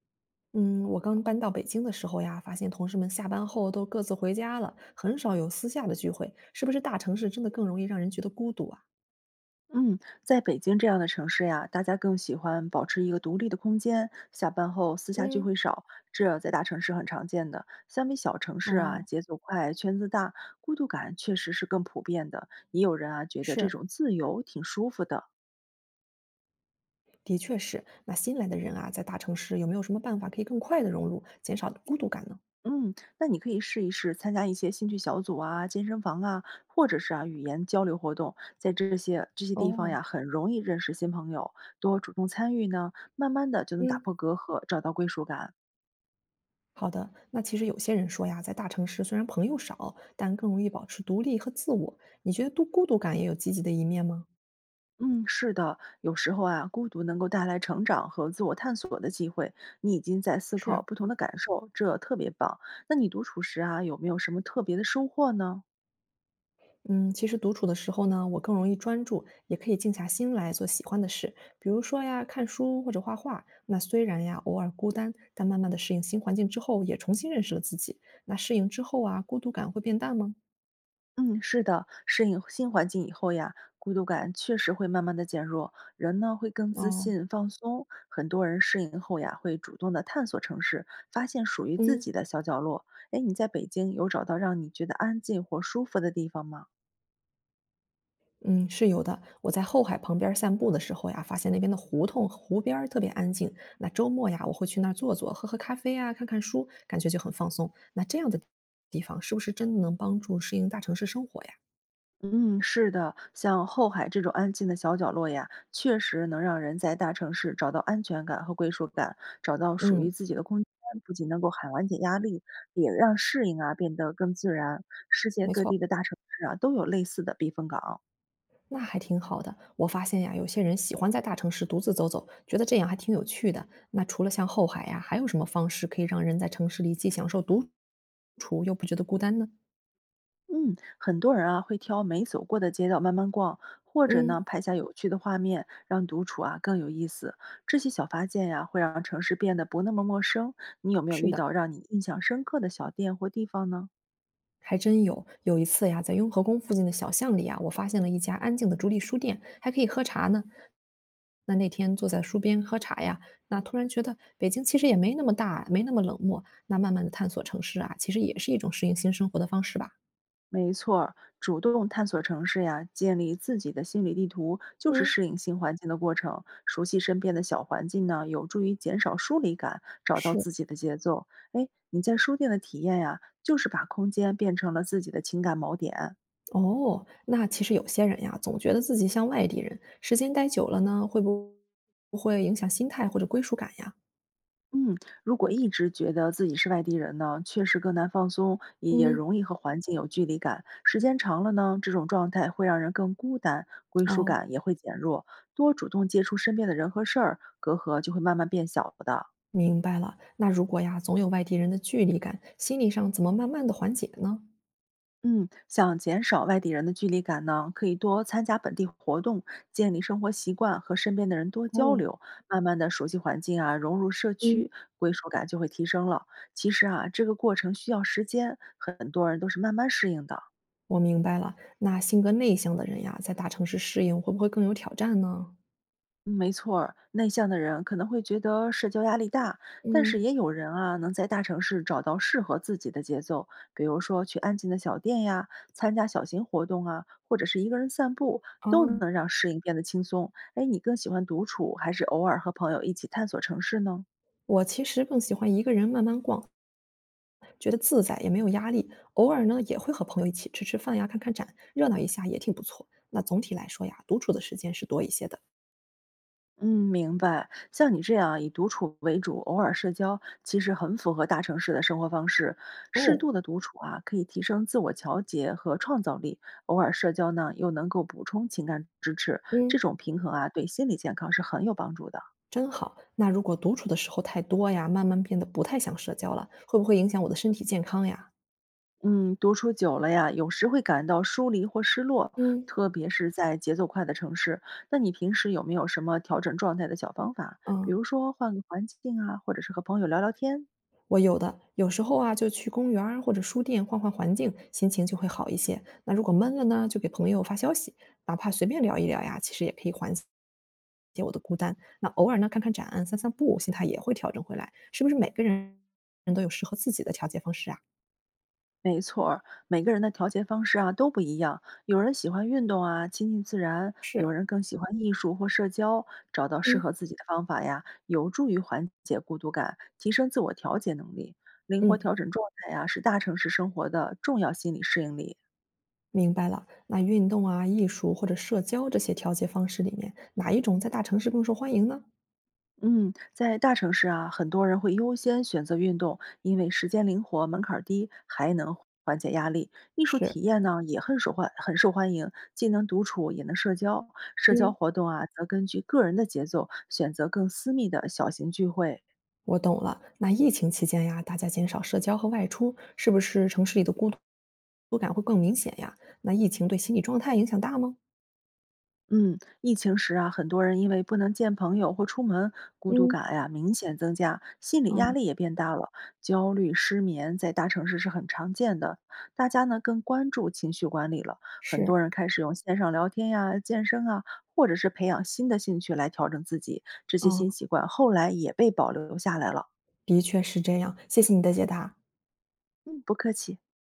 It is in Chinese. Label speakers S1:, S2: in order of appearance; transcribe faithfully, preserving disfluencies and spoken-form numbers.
S1: 嗯，我刚搬到北京的时候呀，发现同事们下班后都各自回家了，很少有私下的聚会，是不是大城市真的更容易让人觉得孤独啊？
S2: 嗯，在北京这样的城市呀，大家更喜欢保持一个独立的空间，下班后私下聚
S1: 嗯，
S2: 会少，这在大城市很常见的。相比小城市啊，
S1: 哦，
S2: 节奏快，圈子大，孤独感确实是更普遍的。也有人啊，觉得这
S1: 是，
S2: 种自由挺舒服的。
S1: 的确是。那新来的人啊，在大城市有没有什么办法可以更快的融入，减少孤独感呢？
S2: 嗯，那你可以试一试参加一些兴趣小组啊、健身房啊，或者是啊语言交流活动，在这些这些地方
S1: 哦，
S2: 呀，很容易认识新朋友，多主动参与呢，慢慢的就能打
S1: 嗯，
S2: 破隔阂，找到归属感。
S1: 好的。那其实有些人说呀，在大城市虽然朋友少，但更容易保持独立和自我。你觉得独孤独感也有积极的一面吗？
S2: 嗯，是的，有时候啊，孤独能够带来成长和自我探索的机会。你已经在思考
S1: 是，
S2: 不同的感受，这特别棒。那你独处时啊，有没有什么特别的收获呢？
S1: 嗯，其实独处的时候呢，我更容易专注，也可以静下心来做喜欢的事，比如说呀，看书或者画画。那虽然呀，偶尔孤单，但慢慢的适应新环境之后，也重新认识了自己。那适应之后啊，孤独感会变淡吗？
S2: 嗯，是的，适应新环境以后呀，孤独感确实会慢慢的减弱，人呢会更自
S1: 哦，
S2: 信、放松。很多人适应后呀，会主动的探索城市，发现属于自
S1: 嗯
S2: 己的小角落。诶，你在北京有找到让你觉得安静或舒服的地方吗？
S1: 嗯，是有的。我在后海旁边儿散步的时候呀，发现那边的胡同湖边儿特别安静。那周末呀，我会去那儿坐坐，喝喝咖啡呀，看看书，感觉就很放松。那这样的地方是不是真的能帮助适应大城市生活呀？
S2: 嗯，是的，像后海这种安静的小角落呀，确实能让人在大城市找到安全感和归属感，找到属
S1: 嗯，
S2: 于自己的空间，不仅能够很缓解压力，也让适应啊变得更自然。世界
S1: 没
S2: 各
S1: 错。
S2: 地的大城市啊都有类似的避风港。
S1: 那还挺好的。我发现呀，有些人喜欢在大城市独自走走，觉得这样还挺有趣的。那除了像后海呀，还有什么方式可以让人在城市里既享受独处又不觉得孤单呢？
S2: 嗯，很多人啊会挑没走过的街道慢慢逛，或者呢
S1: 嗯，
S2: 拍下有趣的画面，让独处啊更有意思。这些小发现呀，会让城市变得不那么陌生。你有没有
S1: 是
S2: 遇
S1: 的，
S2: 到让你印象深刻的小店或地方呢？
S1: 还真有。有一次呀，在雍和宫附近的小巷里啊，我发现了一家安静的竹立书店，还可以喝茶呢。那那天坐在书边喝茶呀，那突然觉得北京其实也没那么大，没那么冷漠。那慢慢的探索城市啊，其实也是一种适应新生活的方式吧。
S2: 没错儿，主动探索城市呀，建立自己的心理地图，就是
S1: 嗯，
S2: 适应新环境的过程。熟悉身边的小环境呢，有助于减少疏离感，找到
S1: 是。
S2: 自己的节奏。哎，你在书店的体验呀，就是把空间变成了自己的情感锚点。
S1: 哦，那其实有些人呀，总觉得自己像外地人，时间待久了呢，会不会影响心态或者归属感呀？
S2: 嗯，如果一直觉得自己是外地人呢，确实更难放松，也
S1: 嗯，
S2: 容易和环境有距离感。时间长了呢，这种状态会让人更孤单，归属
S1: 哦，
S2: 感也会减弱。多主动接触身边的人和事儿，隔阂就会慢慢变小的。
S1: 明白了。那如果呀，总有外地人的距离感，心理上怎么慢慢的缓解呢？
S2: 嗯，想减少外地人的距离感呢，可以多参加本地活动，建立生活习惯，和身边的人多交
S1: 哦，
S2: 流，慢慢的熟悉环境啊，融入社
S1: 嗯，
S2: 区，归属感就会提升了。其实啊，这个过程需要时间，很多人都是慢慢适应的。
S1: 我明白了。那性格内向的人呀，在大城市适应会不会更有挑战呢？
S2: 嗯，没错儿，内向的人可能会觉得社交压力大，但是
S1: 嗯，
S2: 也有人啊能在大城市找到适合自己的节奏，比如说去安静的小店呀，参加小型活动啊，或者是一个人散步，都
S1: 哦，
S2: 能让适应变得轻松。哎，你更喜欢独处，还是偶尔和朋友一起探索城市呢？
S1: 我其实更喜欢一个人慢慢逛。觉得自在，也没有压力。偶尔呢，也会和朋友一起吃吃饭呀，看看展，热闹一下也挺不错。那总体来说呀，独处的时间是多一些的。
S2: 嗯，明白。像你这样以独处为主，偶尔社交，其实很符合大城市的生活方式。适
S1: 哦，
S2: 度的独处啊，可以提升自我调节和创造力；偶尔社交呢，又能够补充情感支持。这
S1: 嗯，
S2: 种平衡啊，对心理健康是很有帮助的。
S1: 真好。那如果独处的时候太多呀，慢慢变得不太想社交了，会不会影响我的身体健康呀？
S2: 嗯，独处久了呀，有时会感到疏离或失落，
S1: 嗯
S2: 特别是在节奏快的城市。那你平时有没有什么调整状态的小方法？比
S1: 嗯。
S2: 如说换个环境啊，或者是和朋友聊聊天？
S1: 我有的，有时候啊，就去公园儿或者书店换换环境，心情就会好一些。那如果闷了呢，就给朋友发消息，哪怕随便聊一聊呀，其实也可以缓解我的孤单。那偶尔呢，看看展、散散步，心态也会调整回来。是不是每个人人都有适合自己的调节方式啊？
S2: 没错儿，每个人的调节方式啊都不一样。有人喜欢运动啊，亲近自然；有
S1: 是，
S2: 人更喜欢艺术或社交。找到适
S1: 嗯
S2: 合自己的方法呀，有助于缓解孤独感，提升自我调节能力。灵活
S1: 嗯，
S2: 调整状态呀，是大城市生活的重要心理适应力。
S1: 明白了。那运动啊、艺术或者社交这些调节方式里面，哪一种在大城市更受欢迎呢？
S2: 嗯，在大城市啊，很多人会优先选择运动，因为时间灵活、门槛儿低，还能缓解压力。艺术
S1: 是，
S2: 体验呢也很受欢，很受欢迎，既能独处也能社交。社交
S1: 嗯。
S2: 活动啊，则根据个人的节奏选择更私密的小型聚会。
S1: 我懂了。那疫情期间呀，大家减少社交和外出，是不是城市里的孤独感会更明显呀？那疫情对心理状态影响大吗？
S2: 嗯，疫情时啊，很多人因为不能见朋友或出门，孤独
S1: 嗯，
S2: 感呀明显增加，心理压
S1: 嗯，
S2: 力也变大了，焦虑、失眠在大城市是很常见的。大家呢更关注情绪管理了，很多
S1: 是，
S2: 人开始用线上聊天呀、健身啊，或者是培养新的兴趣来调整自己。这些
S1: 嗯，
S2: 新习惯后来也被保留下来了。
S1: 的确是这样。谢谢你的解答。
S2: 嗯，不客气。